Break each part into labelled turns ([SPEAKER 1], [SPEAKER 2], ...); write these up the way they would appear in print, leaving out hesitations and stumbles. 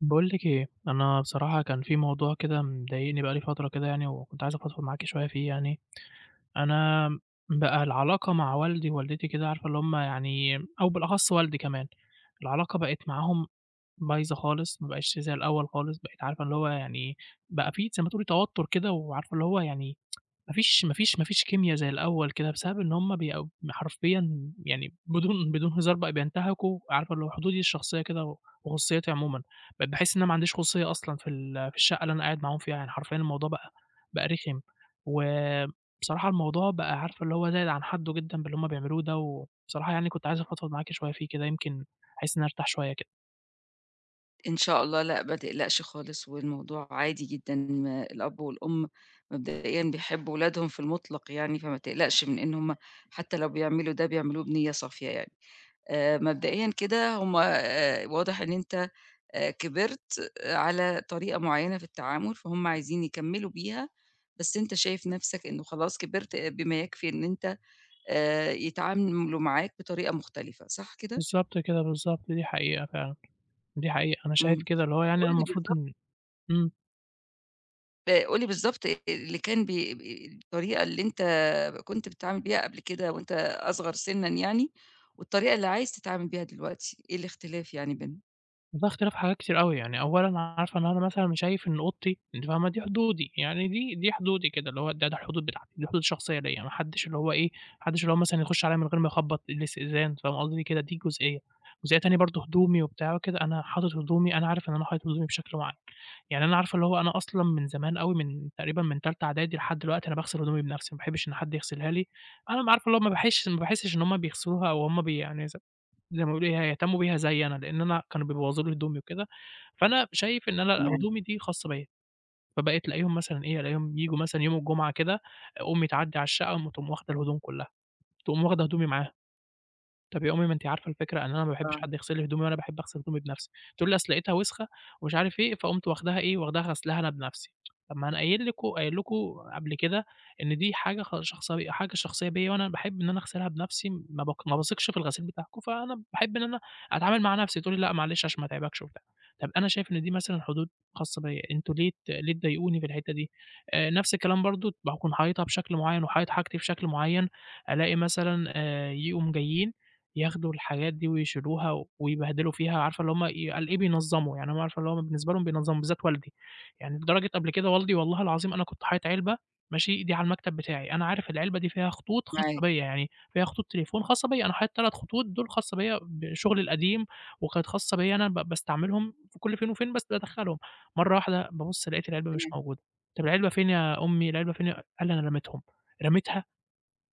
[SPEAKER 1] باقول لِك إيه، أنا بصراحة كان في موضوع كده مضايقني بقى لي فترة كده يعني، وكنت عايز أفضفض معاكِ شوية فيه يعني. أنا بقى العلاقة مع والدي ووالدتي كده عارفة اللي هُم يعني أو بالأخص والدي كمان، العلاقة بقت معاهم بايظة خالص، ما بقتش زي الأول خالص، بقيت عارفة اللي هو يعني بقى في زي ما تقولي توتر كده، وعارفة اللي هو يعني ما فيش كيميا زي الأول كده، بسبب إن هُم بيبقوا حرفيًا يعني بدون هزار بقى بينتهكوا عارفة اللي هو حدودي الشخصية كده و وخصوصيتي عمومًا، بقيت باحس إن أنا ما عنديش خصوصية أصلًا في في الشقة اللي أنا قاعد معاهم فيها، يعني حرفيًا الموضوع بقى بقى رخم، وبصراحة الموضوع بقى عارفة اللي هو زايد عن حده جدًا باللي هُم بيعملوه ده، وبصراحة يعني كنت عايز أفضفض معاكِ شوية فيه كده يمكن أحس إن أنا أرتاح شوية كده.
[SPEAKER 2] إن شاء الله لأ، ما تقلقش خالص، والموضوع عادي جدًا، الأب والأم مبدئيًا بيحبوا ولادهم في المطلق يعني، فما تقلقش من إن هُم حتى لو بيعملوا ده، بيعملوه بنية صافية يعني. مبدئيًا كده هُم واضح إن أنت كبرت آه، على طريقة معيّنة في التعامل، فهُم عايزين يكمّلوا بيها، بس أنت شايف نَفْسك إنه خلاص كبرت آه، بما يكفي إن أنت يتعاملوا معاك بطريقة مختلفة، صح كده؟
[SPEAKER 1] بالضبط كده، بالضبط، دي حقيقة فعلًا، دي حقيقة، أنا شايف
[SPEAKER 2] إمم،
[SPEAKER 1] كده اللي هو
[SPEAKER 2] طَب
[SPEAKER 1] يعني أنا
[SPEAKER 2] قُل لي
[SPEAKER 1] المفروض
[SPEAKER 2] بالضبط
[SPEAKER 1] إن إمم.
[SPEAKER 2] قُل لي بالضبط اللي كان بي بي الطريقة اللي أنت كنت بتتعامل بيها قبل كده وأنت أصغر سِنًا يعني، والطريقة اللي عايز تتعامل بيها دلوقتي، إيه الاختلاف يعني بينهم؟
[SPEAKER 1] والله اختلاف حاجات كتير أوي، يعني أولًا عارفة إن أنا مثلًا شايف إن أوضتي أنتِ فاهمة دي حدودي، يعني دي حدودي كده اللي هو ده الحدود بتاعتي، دي حدود الشخصية ليّا، ما حدش اللي هو إيه، ما حدش اللي هو مثلًا يخش عليّا من غير ما يخبط، الاستئذان فاهمة قصدي كده، دي جزئية، جزئية تانية برضه هدومي وبتاع وكده، أنا حاطط هدومي أنا عارف إن أنا حاطط هدومي بشكل معيّن، يعني أنا عارفة اللي هو أنا أصلًا من زمان أوي من تقريبًا من تالتة إعدادي لحد دلوقتي أنا باغسل هدومي بنفسي، ما باحبش إن حد يغسلها لي، أنا م عارفة اللي هو ما باحسش إن هُم بيغسلوها أو هُم بي يعني زي ما بيقولوا إيه، هيهتمّوا بيها زيي أنا، لإن أنا كانوا بيبوّظوا لي هدومي وكده، فأنا شايف إن أنا
[SPEAKER 2] معاك
[SPEAKER 1] هدومي دي خاصة بيّا، فبقيت ألاقيهم مثلًا إيه، ألاقيهم ييجوا مثلًا يوم الجمعة كده، أمي تعدّي على الشقة، تقوم واخدة الهدوم كلّها، تقوم واخدة هدومي معاها. طب يا أمي ما أنتِ عارفة الفكرة إن أنا ما باحبش
[SPEAKER 2] آه،
[SPEAKER 1] حد يغسل لي هدومي وأنا باحب أغسل هدومي بنفسي، تقول لي أصل لقيتها وسخة ومش عارف إيه، فقُمت واخداها إيه، واخداها غسلاها أنا بنفسي، طب ما أنا قايل لكم قبل كده إن دي حاجة شخصي حاجة شخصية بيّا وأنا باحب إن أنا أغسلها بنفسي، ما باثقش في الغسيل بتاعكم، فأنا باحب إن أنا أتعامل مع نفسي، تقول لي لأ معلش عشان ما اتعبكش وبتاع، طب أنا شايف إن دي مثلًا حدود خاصة بيّا، أنتم ليه ليه تضايقوني في الحتة دي؟ نفس الكلام برضه باكون حايطها بشكل معين وحايط حاجتي بشكل معين، ألاقي مثلًا يقوم جايين ياخدوا الحاجات دي ويشيلوها ويبهدلوا فيها، عارفة اللي هُم قال إيه بينظّموا، يعني هُم عارفة اللي هو بالنسبة لهم بينظّموا، بالذات والدي، يعني لدرجة قبل كده والدي والله العظيم أنا كنت حاطط علبة ماشي، دي على المكتب بتاعي، أنا عارف العلبة دي فيها خطوط خاصة
[SPEAKER 2] معاك
[SPEAKER 1] بيّا، يعني فيها خطوط تليفون خاصة بيّا، أنا حاطط 3 خطوط دول خاصة بيّا بشغلي القديم، وكانت خاصة بيّا أنا باستعملهم في كل فين وفين بس بادخّلهم، مرّة واحدة بابُص لقيت العلبة مش
[SPEAKER 2] تمام.
[SPEAKER 1] موجودة، طَب العلبة فين يا أمي، العلبة فين يا قال لي أنا رميتهم، رميتها!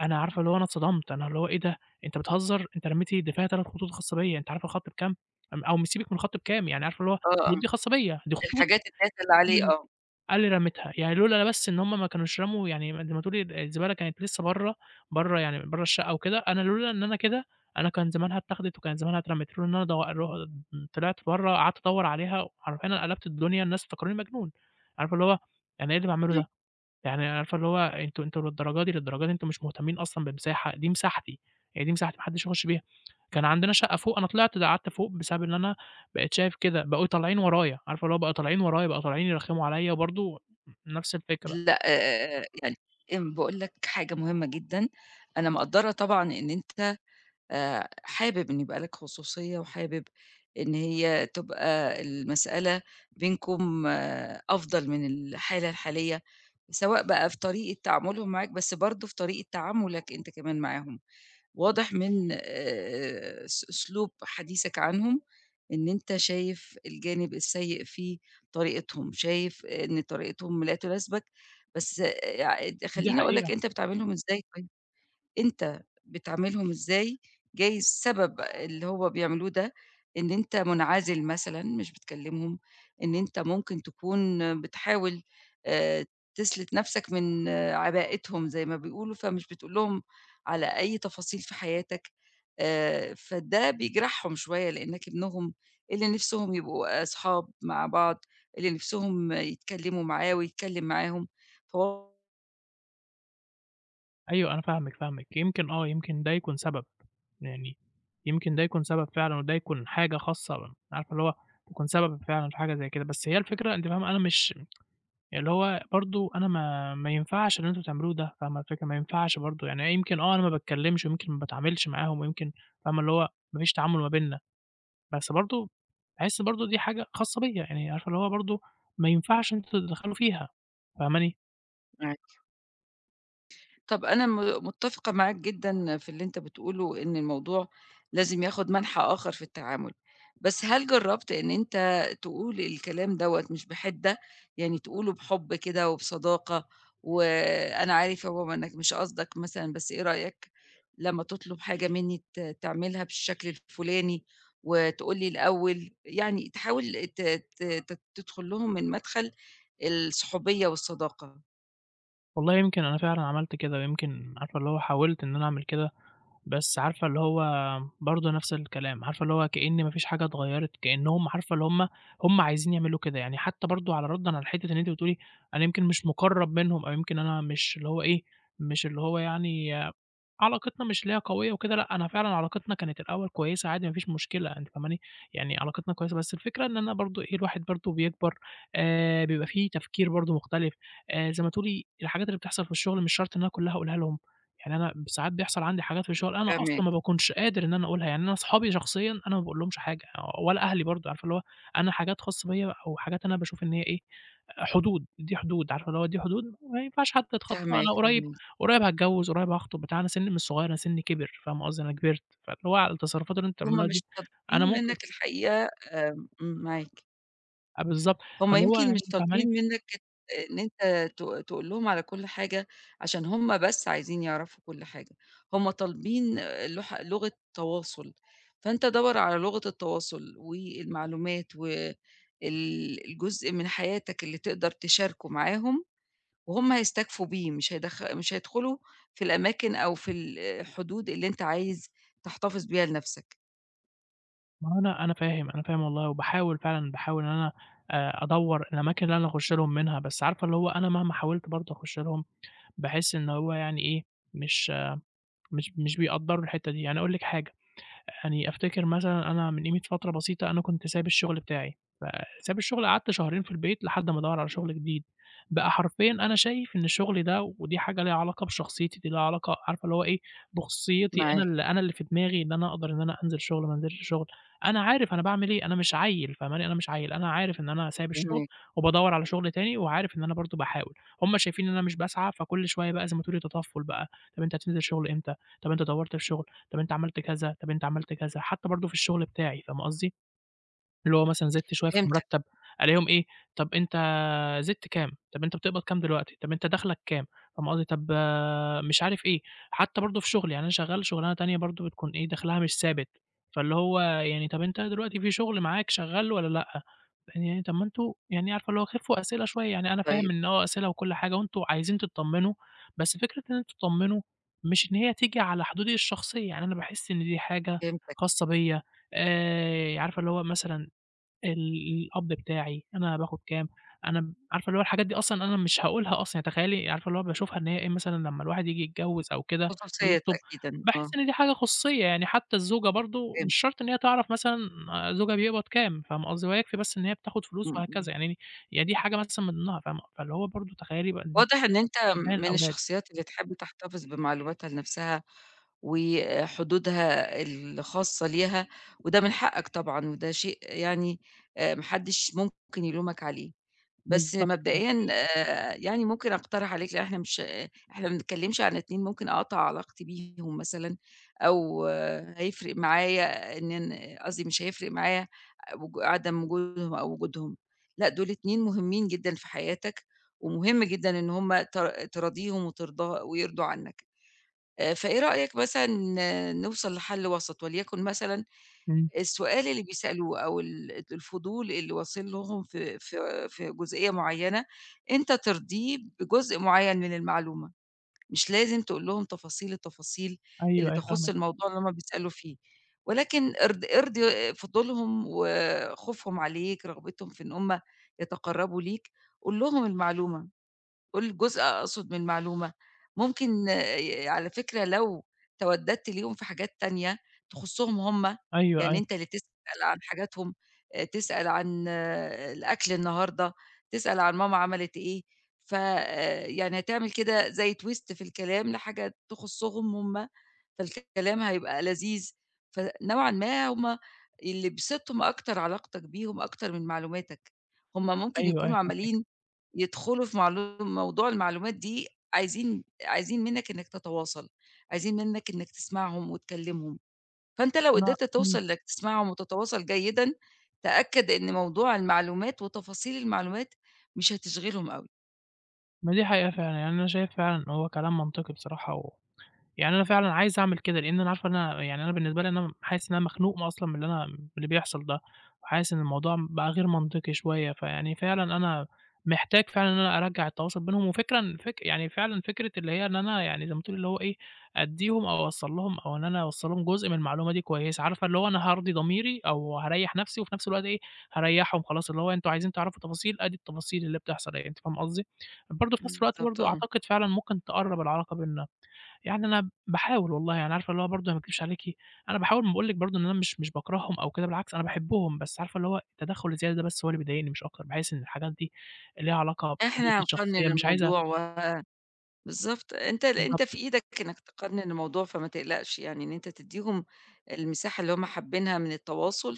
[SPEAKER 1] أنا عارفة اللي هو أنا اتصدمت، أنا اللي هو إيه ده! أنت بتهزر! أنت رميت الدفاع 3 خطوط خاصة بيّا، أنت عارف الخط بكام؟ أم أو م سيبِك من الخط بكام، يعني عارفة اللي هو
[SPEAKER 2] آه،
[SPEAKER 1] الخطوط
[SPEAKER 2] آه،
[SPEAKER 1] دي خاصة بيّا، دي
[SPEAKER 2] الحاجات
[SPEAKER 1] خطوطي.
[SPEAKER 2] الdata اللي عليه آه،
[SPEAKER 1] قال لي رميتها، يعني لولا بس إن هم ما كانوش رموا يعني ما زي ما تقولي الزبالة كانت لسه برّه، برّه يعني برّه الشقة وكده، أنا لولا إن أنا كده، أنا كان زمانها اتاخدت وكان زمانها اترمت، لولا إن أنا دو رو طلعت برّه قعدت أدوّر عليها، حرفيًا أنا قلبت الدنيا، الناس افتكروني مجنون. عارفة اللي هو أنا إيه اللي باعمله
[SPEAKER 2] نعم.
[SPEAKER 1] ده! يعني عارفة اللي هو أنتم للدرجة دي، للدرجة دي أنتم مش مهتمين أصلًا بمساحة، دي مساحتي، يعني دي مساحتي ما حدش يخش بيها. كان عندنا شقة فوق، أنا طلعت قعدت فوق بسبب إن أنا بقيت شايف كده، بقوا طالعين ورايا، عارفة اللي هو بقوا طالعين ورايا، بقوا طالعين يرخموا عليَّ برضه نفس الفكرة،
[SPEAKER 2] لأ يعني باقول لك حاجة مهمة جدًا، أنا مقدّرة طبعًا إن أنت حابب إن يبقى لك خصوصية وحابب إن هي تبقى المسألة بينكم آه، أفضل من الحالة الحالية، سواء بقى في طريقة تعاملهم معاك، بس برضه في طريقة تعاملك أنت كمان معاهم. واضح من أس أسلوب حديثك عنهم إن أنت شايف الجانب السيء في طريقتهم، شايف إن طريقتهم لا تناسبك، بس يع
[SPEAKER 1] دي
[SPEAKER 2] خلّيني أقول لك
[SPEAKER 1] حقيقة.
[SPEAKER 2] أنت بتعاملهم إزاي طيب؟ أنت بتعاملهم إزاي، جايز سبب اللي هو بيعملوه ده إن أنت منعزل مثلًا، مش بتكلمهم، إن أنت ممكن تكون بتحاول آآ تسلِت نَفْسك من آه، عبائتهم زي ما بيقولوا، فمش بتقول لهم على أي تفاصيل في حياتك، فده بيجرحهم شوية لإنّك ابنهم اللي نِفْسهم يبقوا أصحاب مع بعض، اللي نِفْسهم يتكلموا معاه ويتكلم معاهم، فهو
[SPEAKER 1] أيوه أنا فاهمِك، فاهمِك. يمكن آه، يمكن ده يكون سبب، يعني يمكن ده يكون سبب فعلًا وده يكون حاجة خاصة عارفة اللي هو تكون سبب فعلًا في حاجة زي كده، بس هي الفكرة أنتِ فاهمة أنا مش اللي هو برضه أنا ما ينفعش اللي أنتم بتعملوه ده، فاهمة الفكرة؟ ما ينفعش برضه، يعني يمكن آه أنا ما باتكلّمش ويمكن ما باتعاملش معاهم ويمكن فاهمة اللي هو ما فيش تعامل ما بيننا، بس برضه باحس برضه دي حاجة خاصة بيّا، يعني عارفة اللي هو برضه ما ينفعش إن أنتم تتدخّلوا فيها، فاهماني؟
[SPEAKER 2] طب أنا م متّفقة معاك جدًا في اللي أنت بتقوله، إن الموضوع لازم ياخد منحى آخر في التعامل، بس هل جرّبت إن أنت تقول الكلام دوّة مش بِحِدّة، يعني تقوله بحُب كده وبصداقة، وأنا عارف يا ماما إنّك مش قصدك مثلًا، بس إيه رأيك لمّا تطلب حاجة منّي تعملها بالشكل الفُلاني وتقول لي الأول، يعني تحاول ت ت ت تدخل لهم من مدخل الصحوبية والصداقة.
[SPEAKER 1] والله يمكن أنا فعلًا عملت كده، يمكن عارفة اللي هو حاولت إن أنا أعمل كده بس عارفة اللي هو برضه نفس الكلام، عارفة اللي هو كإن ما فيش حاجة اتغيّرت، كإنّهم عارفة اللي هُم عايزين يعملوا كده، يعني حتّى برضه على رَدًا على حتّة إن أنتِ بتقولي أنا يمكن مش مُقرّب منهم أو يمكن أنا مش اللي هو إيه، مش اللي هو يعني علاقتنا مش اللي هي قوية وكده، لأ، أنا فعلًا علاقتنا كانت الأول كويسة عادي ما فيش مشكلة، أنتِ فاهماني؟ يعني علاقتنا كويسة، بس الفكرة إن أنا برضه إيه، الواحد برضه بيكبر، بيبقى في تفكير برضه مختلف، زي ما تقولي الحاجات اللي بتحصل في الشغل مش شرط إن أنا كلها أقولها لهم، يعني أنا ساعات بيحصل عندي حاجات في الشغل أنا
[SPEAKER 2] فاهماك.
[SPEAKER 1] أصلًا ما باكونش قادر إن أنا أقولها، يعني أنا أصحابي شخصيًا أنا ما باقولهمش حاجة، ولا أهلي برضه، عارفة اللي هو أنا حاجات خاصة بيّا أو حاجات أنا باشوف إن هي إيه، حدود، دي حدود، عارفة اللي هو دي حدود ما ينفعش حد يتخطاها،
[SPEAKER 2] فاهماك،
[SPEAKER 1] أنا قريب
[SPEAKER 2] فاهماك.
[SPEAKER 1] قريب هاتجوّز، قريب هاخطب بتاع، أنا سِنّي مش صغير، أنا سِنّي كِبِر، فاهم قصدي، أنا كبرت، فاللي هو على التصرفات اللي أنتم
[SPEAKER 2] هُم
[SPEAKER 1] بتعملوها
[SPEAKER 2] مش
[SPEAKER 1] دي أنا
[SPEAKER 2] طالبين
[SPEAKER 1] ممكن
[SPEAKER 2] منّك الحقيقة آمم معاك،
[SPEAKER 1] آه بالضبط،
[SPEAKER 2] هُم
[SPEAKER 1] فاللي هو
[SPEAKER 2] يمكن مش
[SPEAKER 1] يعني
[SPEAKER 2] طالبين
[SPEAKER 1] فاهماني،
[SPEAKER 2] منّك إن أنت تقول لهم على كل حاجة عشان هُم بس عايزين يعرفوا كل حاجة، هُم طالبين لغة تواصل، فأنت دَوَّر على لغة التواصل والمعلومات الجزء من حياتك اللي تقدر تشاركه معاهم، وهُم هيستكفوا بيه، مش هيدخلوا في الأماكن أو في الحدود اللي أنت عايز تحتفظ بيها لنَفْسك.
[SPEAKER 1] ما هو أنا فاهم، أنا فاهم والله، وباحاول فعلًا، باحاول إن أنا أدوّر الأماكن اللي أنا أخُش لهم منها، بس عارفة اللي هو أنا مهما حاولت برضه أخُش لهم، باحس إن هو يعني إيه، مش مش بيقدّروا الحتّة دي، يعني أقول لِك حاجة، يعني أفتكر مثلًا أنا من قيمة فترة بسيطة أنا كنت سايب الشغل بتاعي. ساب الشغل قعدت شهرين في البيت لحد ما أدوّر على شغل جديد، بقى حرفيًا أنا شايف إن الشغل ده ودي حاجة ليها علاقة بشخصيتي، دي ليها علاقة عارفة اللي هو إيه، بخصوصيتي
[SPEAKER 2] معاك،
[SPEAKER 1] أنا اللي في دماغي إن أنا أقدر إن أنا أنزل شغل ما أنزلش شغل، أنا عارف أنا باعمل إيه، أنا مش عيّل فاهماني، أنا مش عيّل، أنا عارف إن أنا سايب الشغل
[SPEAKER 2] فاهماك.
[SPEAKER 1] وبادوّر على شغل تاني وعارف إن أنا برضه باحاول، هُم شايفين إن أنا مش باسعى فكل شوية بقى زي ما تقولي تطفُّل بقى، طَب أنت هتنزل شغل إمتى، طَب أنت دوّرت في شغل، طَب أنت عملت كذا، طَب أنت عملت كذا، حتى برضه في الشغل بتاعي فاهمة قصدي؟ اللي هو مثلًا زِدت شوية في
[SPEAKER 2] فهمتك،
[SPEAKER 1] المرتّب، ألاقيهم إيه، "طَب أنت زِدت كام؟ طَب أنت بتقبض كام دلوقتي؟ طَب أنت دخلك كام؟" فاهم قصدي؟ طَب مش عارف إيه. حتى برضه في شغلي، يعني أنا شغّال شغلانة تانية برضه بتكون إيه، دخلها مش ثابت، فاللي هو يعني "طَب أنت دلوقتي في شغل معاك شغّال والّا لأ؟" يعني طَب ما أنتم يعني عارفة اللي هو خِفّوا أسئلة شوية، يعني أنا
[SPEAKER 2] طيب
[SPEAKER 1] فاهم إن آه أسئلة وكل حاجة وأنتم عايزين تتطمّنوا، بس فكرة إن أنتم تطمّنوا مش إن هي تيجي على حدودي الشخصية، يعني أنا باحس إن دي حاجة
[SPEAKER 2] فهمتك،
[SPEAKER 1] خاصة بيّا، عارفة اللي هو مثلًا القبض بتاعي، أنا باخد كام، أنا م عارفة اللي هو الحاجات دي أصلًا أنا مش هاقولها أصلًا، يعني تخيّلي عارفة اللي هو باشوفها إن هي إيه مثلًا لمّا الواحد ييجي يتجوّز أو كده
[SPEAKER 2] خصوصيّة
[SPEAKER 1] ويخطب،
[SPEAKER 2] أكيدًا، آه
[SPEAKER 1] باحس إن دي حاجة خصوصية، يعني حتى الزوجة برضه مش
[SPEAKER 2] فهمت،
[SPEAKER 1] شرط إن هي تعرف مثلًا زوجها بيقبض كام، فاهمة قصدي؟ هو يكفي بس إن هي بتاخد فلوس
[SPEAKER 2] إمم، إمم.
[SPEAKER 1] وهكذا، يعني يعني دي حاجة مثلًا من ضمنها، فاهمة؟ فاللي هو برضه تخيّلي بقى إن
[SPEAKER 2] واضح إن أنت
[SPEAKER 1] ده
[SPEAKER 2] من
[SPEAKER 1] الأولاد،
[SPEAKER 2] الشخصيات اللي تحب تحتفظ بمعلوماتها لنفسها، وحدودها الخاصة ليها، وده من حقك طبعًا، وده شيء يعني ما حدش ممكن يلومك عليه. بس
[SPEAKER 1] بالضبط كده،
[SPEAKER 2] مبدئيًا يعني ممكن أقترح عليك لإن إحنا ما بنتكلمش عن 2 ممكن أقطع علاقتي بيهم مثلًا، أو آه، هيفرق معايا إن قصدي مش هيفرق معايا عدم وجودهم أو وجودهم، لأ دول 2 مهمين جدًا في حياتك، ومهم جدًا إن هُم تراضيهم وترضاه ويرضوا عنك. فإيه رأيك مثلًا آه، نوصل لحل وسط، وليكن مثلًا
[SPEAKER 1] إمم،
[SPEAKER 2] السؤال اللي بيسألوه أو ال الفضول اللي واصل لهم في جزئية معيّنة، أنت ترضيه بجزء معيّن من المعلومة، مش لازم تقول لهم التفاصيل اللي
[SPEAKER 1] أيوه، أيوه
[SPEAKER 2] تخُص
[SPEAKER 1] فاهمِك،
[SPEAKER 2] الموضوع اللي هُم بيسألوا فيه، ولكن ارضي فضولهم وخوفهم عليك، رغبتهم في إن هُم يتقرّبوا ليك، قُل لهم المعلومة. كل جزء أقصد من معلومة. ممكن على فكرة لو تودّدت ليهم في حاجات تانية تخُصّهم هُم،
[SPEAKER 1] أيوه،
[SPEAKER 2] يعني
[SPEAKER 1] أيوه،
[SPEAKER 2] أنت اللي تسأل عن حاجاتهم، تسأل عن آه، الأكل النهارده، تسأل عن ماما عملت إيه، ف يعني هتعمل كده زي twist في الكلام لحاجة تخُصّهم هُم، فالكلام هيبقى لذيذ، فنوعًا ما هُم اللي بيسِطهم أكتر علاقتك بيهم أكتر من معلوماتك، هُم ممكن
[SPEAKER 1] أيوه،
[SPEAKER 2] يكونوا
[SPEAKER 1] أيوه فاهمِك،
[SPEAKER 2] عمالين يدخلوا في موضوع المعلومات دي عايزين منّك إنّك تتواصل، عايزين منّك إنّك تسمعهم وتكلّمهم، فأنت لو
[SPEAKER 1] أنا
[SPEAKER 2] قدرت توصل
[SPEAKER 1] إمم،
[SPEAKER 2] إنّك تسمعهم وتتواصل جيدًا، تأكد إن موضوع المعلومات وتفاصيل المعلومات مش هتشغلهم أوي.
[SPEAKER 1] ما دي حقيقة فعلًا، يعني أنا شايف فعلًا هو كلام منطقي بصراحة و يعني أنا فعلًا عايز أعمل كده، لإن أنا عارفة إن أنا يعني أنا بالنسبة لي أنا حاسس إن أنا مخنوق أصلًا من اللي أنا من اللي بيحصل ده، وحاسس إن الموضوع بقى غير منطقي شوية، فيعني فعلًا أنا محتاج فعلًا إن أنا أرجّع التواصل بينهم، وفكرًا فك يعني فعلًا فكرة اللي هي إن أنا يعني زي ما تقولي اللي هو إيه، أدّيهم أو أوصّل لهم أو إن أنا أوصّل لهم جزء من المعلومة دي كويسة، عارفة اللي هو أنا هارضي ضميري أو هاريّح نفسي وفي نفس الوقت إيه، هاريّحهم خلاص، اللي هو أنتم عايزين تعرفوا تفاصيل، آدي التفاصيل اللي بتحصل أهي، أنتِ فاهمة قصدي؟ برضه في نفس الوقت
[SPEAKER 2] بالضبط،
[SPEAKER 1] برضه
[SPEAKER 2] آه.
[SPEAKER 1] أعتقد فعلًا ممكن تقرّب العلاقة بيننا، يعني أنا باحاول والله، يعني عارفة اللي هو برضه أنا ما اكدبش عليكِ، أنا باحاول ما باقول لِك برضه إن أنا مش باكرههم أو كده بالعكس أنا باحبهم، بس عارفة اللي هو التدخُّل الزيادة ده بس هو اللي بيضايقني مش أكتر، باحس إن الحاجات دي ليها علاقة بحدودي
[SPEAKER 2] إحنا هنقنّن
[SPEAKER 1] الشخصية مش عايزة
[SPEAKER 2] الموضوع و بالضبط، أنت أنت
[SPEAKER 1] بالضبط،
[SPEAKER 2] في إيدك إنّك تقنّن الموضوع فما تقلقش يعني إن أنت تدّيهم المساحة اللي هم حابينها من التواصل،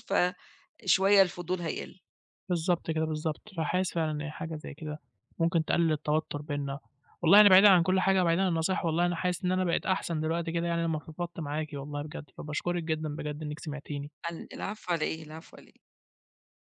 [SPEAKER 2] فشوية الفضول هيقل.
[SPEAKER 1] بالضبط كده، بالضبط، فحاسس فعلًا إن حاجة زي كده ممكن تقلل التوتُّر بيننا. والله أنا بعيدًا عن كل حاجة وبعيدًا عن النصايح والله أنا حاسس إن أنا بقيت أحسن دلوقتي كده يعني لمّا فضفضت معاكِ والله بجد، فباشكرِك جدًا بجد إنِّك سمعتيني.
[SPEAKER 2] العفو على إيه، العفو على إيه.